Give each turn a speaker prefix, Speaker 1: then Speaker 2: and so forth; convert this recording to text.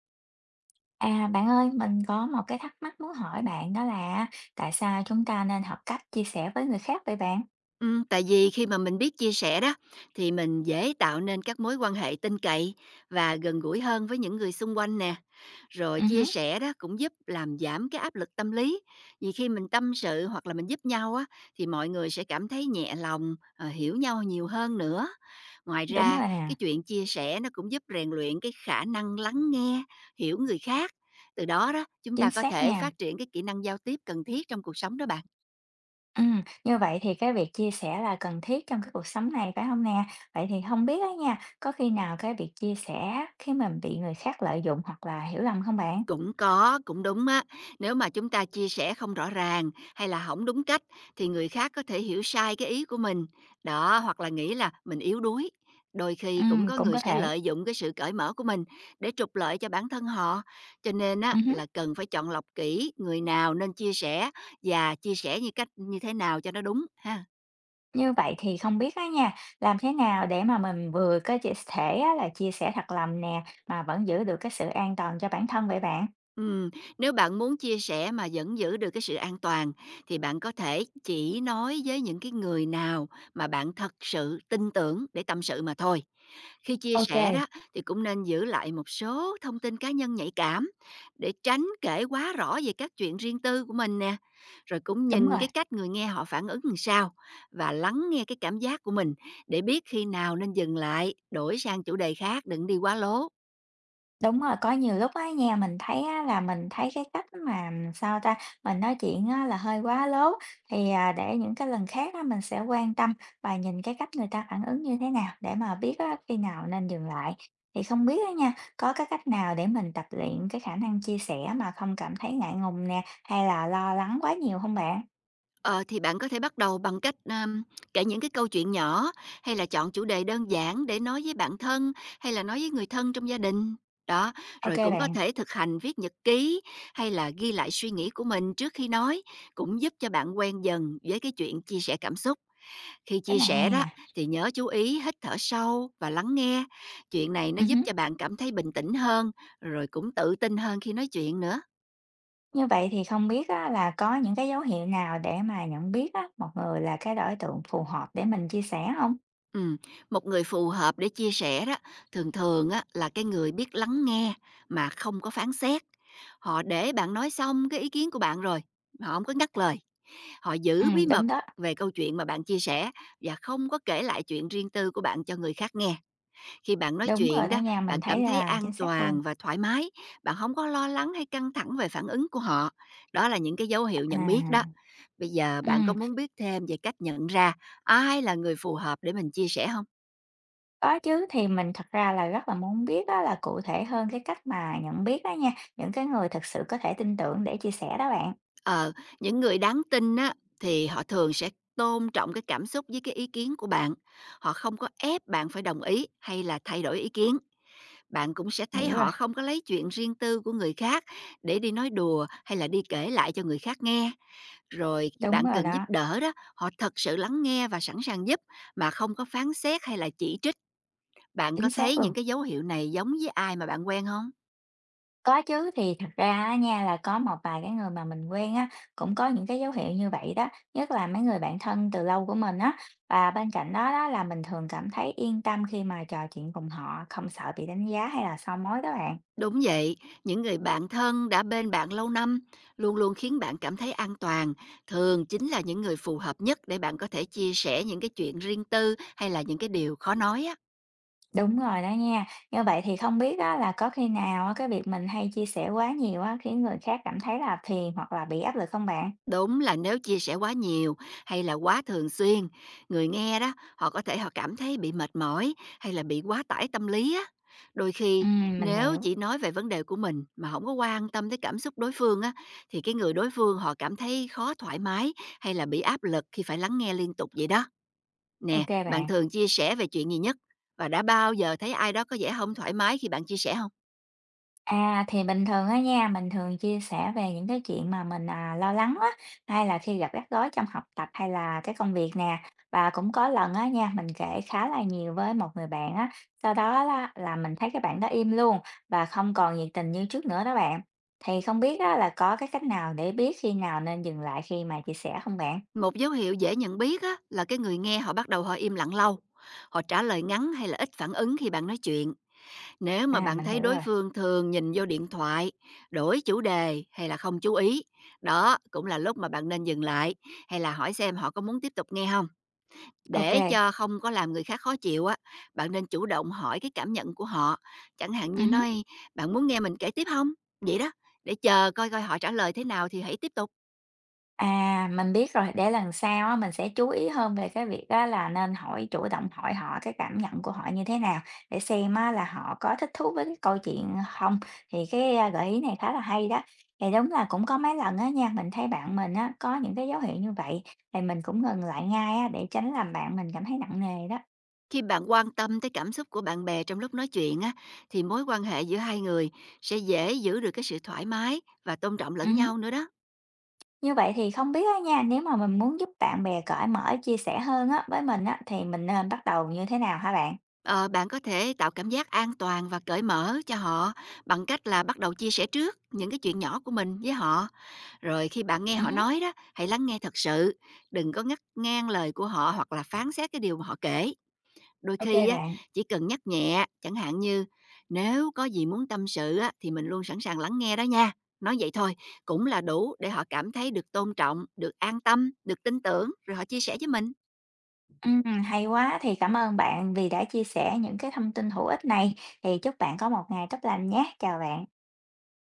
Speaker 1: À, bạn ơi, mình có một cái thắc mắc muốn hỏi bạn đó là tại sao chúng ta nên học cách chia sẻ với người khác vậy bạn?
Speaker 2: Tại vì khi mà mình biết chia sẻ đó, thì mình dễ tạo nên các mối quan hệ tin cậy và gần gũi hơn với những người xung quanh nè. Rồi
Speaker 1: Ừ,
Speaker 2: chia
Speaker 1: hứ,
Speaker 2: sẻ đó cũng giúp làm giảm cái áp lực tâm lý, vì khi mình tâm sự hoặc là mình giúp nhau á, thì mọi người sẽ cảm thấy nhẹ lòng, hiểu nhau nhiều hơn nữa. Ngoài
Speaker 1: đúng
Speaker 2: ra,
Speaker 1: rồi nè,
Speaker 2: cái chuyện chia sẻ nó cũng giúp rèn luyện cái khả năng lắng nghe, hiểu người khác. Từ đó đó, chúng
Speaker 1: chính
Speaker 2: ta có
Speaker 1: xác
Speaker 2: thể
Speaker 1: nha.
Speaker 2: phát triển cái kỹ năng giao tiếp cần thiết trong cuộc sống đó bạn.
Speaker 1: Ừ, như vậy thì cái việc chia sẻ là cần thiết trong cái cuộc sống này phải không nè? Vậy thì không biết á nha, có khi nào cái việc chia sẻ khi mình bị người khác lợi dụng hoặc là hiểu lầm không bạn?
Speaker 2: Cũng có, cũng đúng á. Nếu mà chúng ta chia sẻ không rõ ràng hay là hỏng đúng cách thì người khác có thể hiểu sai cái ý của mình, đó, hoặc là nghĩ là mình yếu đuối. Đôi
Speaker 1: Ừ,
Speaker 2: khi cũng có
Speaker 1: cũng
Speaker 2: người
Speaker 1: có
Speaker 2: sẽ
Speaker 1: thể.
Speaker 2: lợi dụng cái sự cởi mở của mình để trục lợi cho bản thân họ, cho nên
Speaker 1: Ừ,
Speaker 2: á
Speaker 1: hứ.
Speaker 2: là cần phải chọn lọc kỹ người nào nên chia sẻ và chia sẻ như cách như thế nào cho nó đúng ha.
Speaker 1: Như vậy thì không biết á nha, làm thế nào để mà mình vừa có thể á, là chia sẻ thật lòng nè mà vẫn giữ được cái sự an toàn cho bản thân vậy bạn?
Speaker 2: Ừm, nếu bạn muốn chia sẻ mà vẫn giữ được cái sự an toàn thì bạn có thể chỉ nói với những cái người nào mà bạn thật sự tin tưởng để tâm sự mà thôi. Khi chia sẻ
Speaker 1: OK,
Speaker 2: đó thì cũng nên giữ lại một số thông tin cá nhân nhạy cảm để tránh kể quá rõ về các chuyện riêng tư của mình nè. Rồi cũng
Speaker 1: đúng
Speaker 2: nhìn
Speaker 1: rồi,
Speaker 2: cái cách người nghe họ phản ứng làm sao và lắng nghe cái cảm giác của mình để biết khi nào nên dừng lại, đổi sang chủ đề khác, đừng đi quá lố.
Speaker 1: đúng rồi. Có nhiều lúc á nha, mình thấy á là mình thấy cái cách mà, sao ta, mình nói chuyện á là hơi quá lố, thì, à, để những cái lần khác á mình sẽ quan tâm và nhìn cái cách người ta phản ứng như thế nào để mà biết á khi nào nên dừng lại. Thì không biết á nha, có cái cách nào để mình tập luyện cái khả năng chia sẻ mà không cảm thấy ngại ngùng nè, hay là lo lắng quá nhiều không bạn?
Speaker 2: Ờ, thì bạn có thể bắt đầu bằng cách, kể những cái câu chuyện nhỏ, hay là chọn chủ đề đơn giản để nói với bạn thân, hay là nói với người thân trong gia đình. Đó,
Speaker 1: OK
Speaker 2: rồi cũng có
Speaker 1: bạn,
Speaker 2: thể thực hành viết nhật ký, hay là ghi lại suy nghĩ của mình trước khi nói, cũng giúp cho bạn quen dần với cái chuyện chia sẻ cảm xúc. Khi
Speaker 1: cái
Speaker 2: chia
Speaker 1: này
Speaker 2: sẻ
Speaker 1: hay
Speaker 2: đó,
Speaker 1: nè.
Speaker 2: thì nhớ chú ý hít thở sâu và lắng nghe. Chuyện này nó
Speaker 1: Ừ,
Speaker 2: giúp
Speaker 1: hứm.
Speaker 2: cho bạn cảm thấy bình tĩnh hơn, rồi cũng tự tin hơn khi nói chuyện nữa.
Speaker 1: Như vậy thì không biết á, là có những cái dấu hiệu nào để mà nhận biết á, một người là cái đối tượng phù hợp để mình chia sẻ không?
Speaker 2: Ừm, một người phù hợp để chia sẻ đó, thường thường á là cái người biết lắng nghe mà không có phán xét. Họ để bạn nói xong cái ý kiến của bạn rồi, họ không có ngắt lời. Họ giữ bí
Speaker 1: Đúng
Speaker 2: mật
Speaker 1: đó,
Speaker 2: về câu chuyện mà bạn chia sẻ và không có kể lại chuyện riêng tư của bạn cho người khác nghe. Khi bạn nói
Speaker 1: đúng rồi
Speaker 2: chuyện
Speaker 1: đó
Speaker 2: đó,
Speaker 1: nha, mình
Speaker 2: bạn
Speaker 1: thấy
Speaker 2: cảm thấy
Speaker 1: là
Speaker 2: an
Speaker 1: chính xác luôn.
Speaker 2: toàn và thoải mái, bạn không có lo lắng hay căng thẳng về phản ứng của họ. Đó là những cái dấu hiệu nhận biết đó.
Speaker 1: À,
Speaker 2: Bây giờ bạn có
Speaker 1: ừm,
Speaker 2: muốn biết thêm về cách nhận ra ai là người phù hợp để mình chia sẻ không?
Speaker 1: có chứ, thì mình thật ra là rất là muốn biết á, là cụ thể hơn cái cách mà nhận biết đó nha, những cái người thực sự có thể tin tưởng để chia sẻ đó bạn.
Speaker 2: Ờ, những người đáng tin á, thì họ thường sẽ tôn trọng cái cảm xúc với cái ý kiến của bạn. Họ không có ép bạn phải đồng ý hay là thay đổi ý kiến. Bạn cũng sẽ thấy
Speaker 1: Hiểu rồi,
Speaker 2: họ không có lấy chuyện riêng tư của người khác để đi nói đùa hay là đi kể lại cho người khác nghe. Rồi khi
Speaker 1: đúng
Speaker 2: bạn
Speaker 1: rồi
Speaker 2: cần giúp
Speaker 1: đó,
Speaker 2: đỡ đó, họ thật sự lắng nghe và sẵn sàng giúp mà không có phán xét hay là chỉ trích. Bạn có
Speaker 1: chính xác
Speaker 2: thấy
Speaker 1: luôn.
Speaker 2: những cái dấu hiệu này giống với ai mà bạn quen không?
Speaker 1: Có chứ, thì thật ra á nha, là có một vài cái người mà mình quen á, cũng có những cái dấu hiệu như vậy đó, nhất là mấy người bạn thân từ lâu của mình á. Và bên cạnh đó đó là mình thường cảm thấy yên tâm khi mà trò chuyện cùng họ, không sợ bị đánh giá hay là soi mói đó bạn.
Speaker 2: Đúng vậy, những người bạn thân đã bên bạn lâu năm, luôn luôn khiến bạn cảm thấy an toàn, thường chính là những người phù hợp nhất để bạn có thể chia sẻ những cái chuyện riêng tư hay là những cái điều khó nói á.
Speaker 1: Đúng rồi đó nha. Như vậy thì không biết á là có khi nào á cái việc mình hay chia sẻ quá nhiều á khiến người khác cảm thấy là phiền hoặc là bị áp lực không bạn?
Speaker 2: Đúng là nếu chia sẻ quá nhiều hay là quá thường xuyên, người nghe đó, họ có thể cảm thấy bị mệt mỏi hay là bị quá tải tâm lý á. Đôi khi
Speaker 1: Mình
Speaker 2: nếu
Speaker 1: hiểu.
Speaker 2: chỉ nói về vấn đề của mình mà không có quan tâm tới cảm xúc đối phương á thì cái người đối phương họ cảm thấy khó thoải mái hay là bị áp lực khi phải lắng nghe liên tục vậy đó.
Speaker 1: OK
Speaker 2: Nè, bạn
Speaker 1: bạn.
Speaker 2: thường chia sẻ về chuyện gì nhất? Và đã bao giờ thấy ai đó có vẻ không thoải mái khi bạn chia sẻ không?
Speaker 1: À, thì bình thường á nha, mình thường chia sẻ về những cái chuyện mà mình, à, lo lắng á, hay là khi gặp rắc rối trong học tập hay là cái công việc nè. Và cũng có lần á nha, mình kể khá là nhiều với một người bạn á, sau đó lá là mình thấy cái bạn đó im luôn và không còn nhiệt tình như trước nữa đó bạn. Thì không biết á là có cái cách nào để biết khi nào nên dừng lại khi mà chia sẻ không bạn?
Speaker 2: Một dấu hiệu dễ nhận biết á, là cái người nghe họ bắt đầu im lặng lâu, họ trả lời ngắn hay là ít phản ứng khi bạn nói chuyện. Nếu mà
Speaker 1: À,
Speaker 2: bạn
Speaker 1: mình
Speaker 2: thấy
Speaker 1: hiểu
Speaker 2: đối
Speaker 1: rồi.
Speaker 2: phương thường nhìn vô điện thoại, đổi chủ đề hay là không chú ý, đó cũng là lúc mà bạn nên dừng lại hay là hỏi xem họ có muốn tiếp tục nghe không.
Speaker 1: OK
Speaker 2: Để
Speaker 1: kê.
Speaker 2: cho không có làm người khác khó chịu á, bạn nên chủ động hỏi cái cảm nhận của họ, chẳng hạn như
Speaker 1: Ừm.
Speaker 2: nói: "Bạn muốn nghe mình kể tiếp không?" Vậy đó, để chờ coi coi họ trả lời thế nào thì hãy tiếp tục.
Speaker 1: À, mình biết rồi, để lần sau á, mình sẽ chú ý hơn về cái việc á là nên hỏi chủ động hỏi họ cái cảm nhận của họ như thế nào, để xem á là họ có thích thú với cái câu chuyện không? Thì cái, a, gợi ý này khá là hay đó. Thì đúng là cũng có mấy lần á nha, mình thấy bạn mình á có những cái dấu hiệu như vậy, thì mình cũng ngừng lại ngay á, để tránh làm bạn mình cảm thấy nặng nề đó.
Speaker 2: Khi bạn quan tâm tới cảm xúc của bạn bè trong lúc nói chuyện á, thì mối quan hệ giữa hai người sẽ dễ giữ được cái sự thoải mái và tôn trọng lẫn
Speaker 1: Hứm.
Speaker 2: nhau nữa đó.
Speaker 1: Như vậy thì không biết á nha, nếu mà mình muốn giúp bạn bè cởi mở, chia sẻ hơn á với mình á, thì mình nên bắt đầu như thế nào hả bạn?
Speaker 2: Ờ, bạn có thể tạo cảm giác an toàn và cởi mở cho họ bằng cách là bắt đầu chia sẻ trước những cái chuyện nhỏ của mình với họ. Rồi khi bạn nghe họ
Speaker 1: Hứm.
Speaker 2: nói đó, hãy lắng nghe thật sự, đừng có ngắt ngang lời của họ hoặc là phán xét cái điều mà họ kể. Đôi
Speaker 1: Ô
Speaker 2: khi á,
Speaker 1: bạn.
Speaker 2: chỉ cần nhắc nhẹ, chẳng hạn như nếu có gì muốn tâm sự á, thì mình luôn sẵn sàng lắng nghe đó nha. Nói vậy thôi cũng là đủ để họ cảm thấy được tôn trọng, được an tâm, được tin tưởng rồi họ chia sẻ với mình.
Speaker 1: Hay quá, thì cảm ơn bạn vì đã chia sẻ những cái thông tin hữu ích này, thì chúc bạn có một ngày tốt lành nhé. Chào bạn.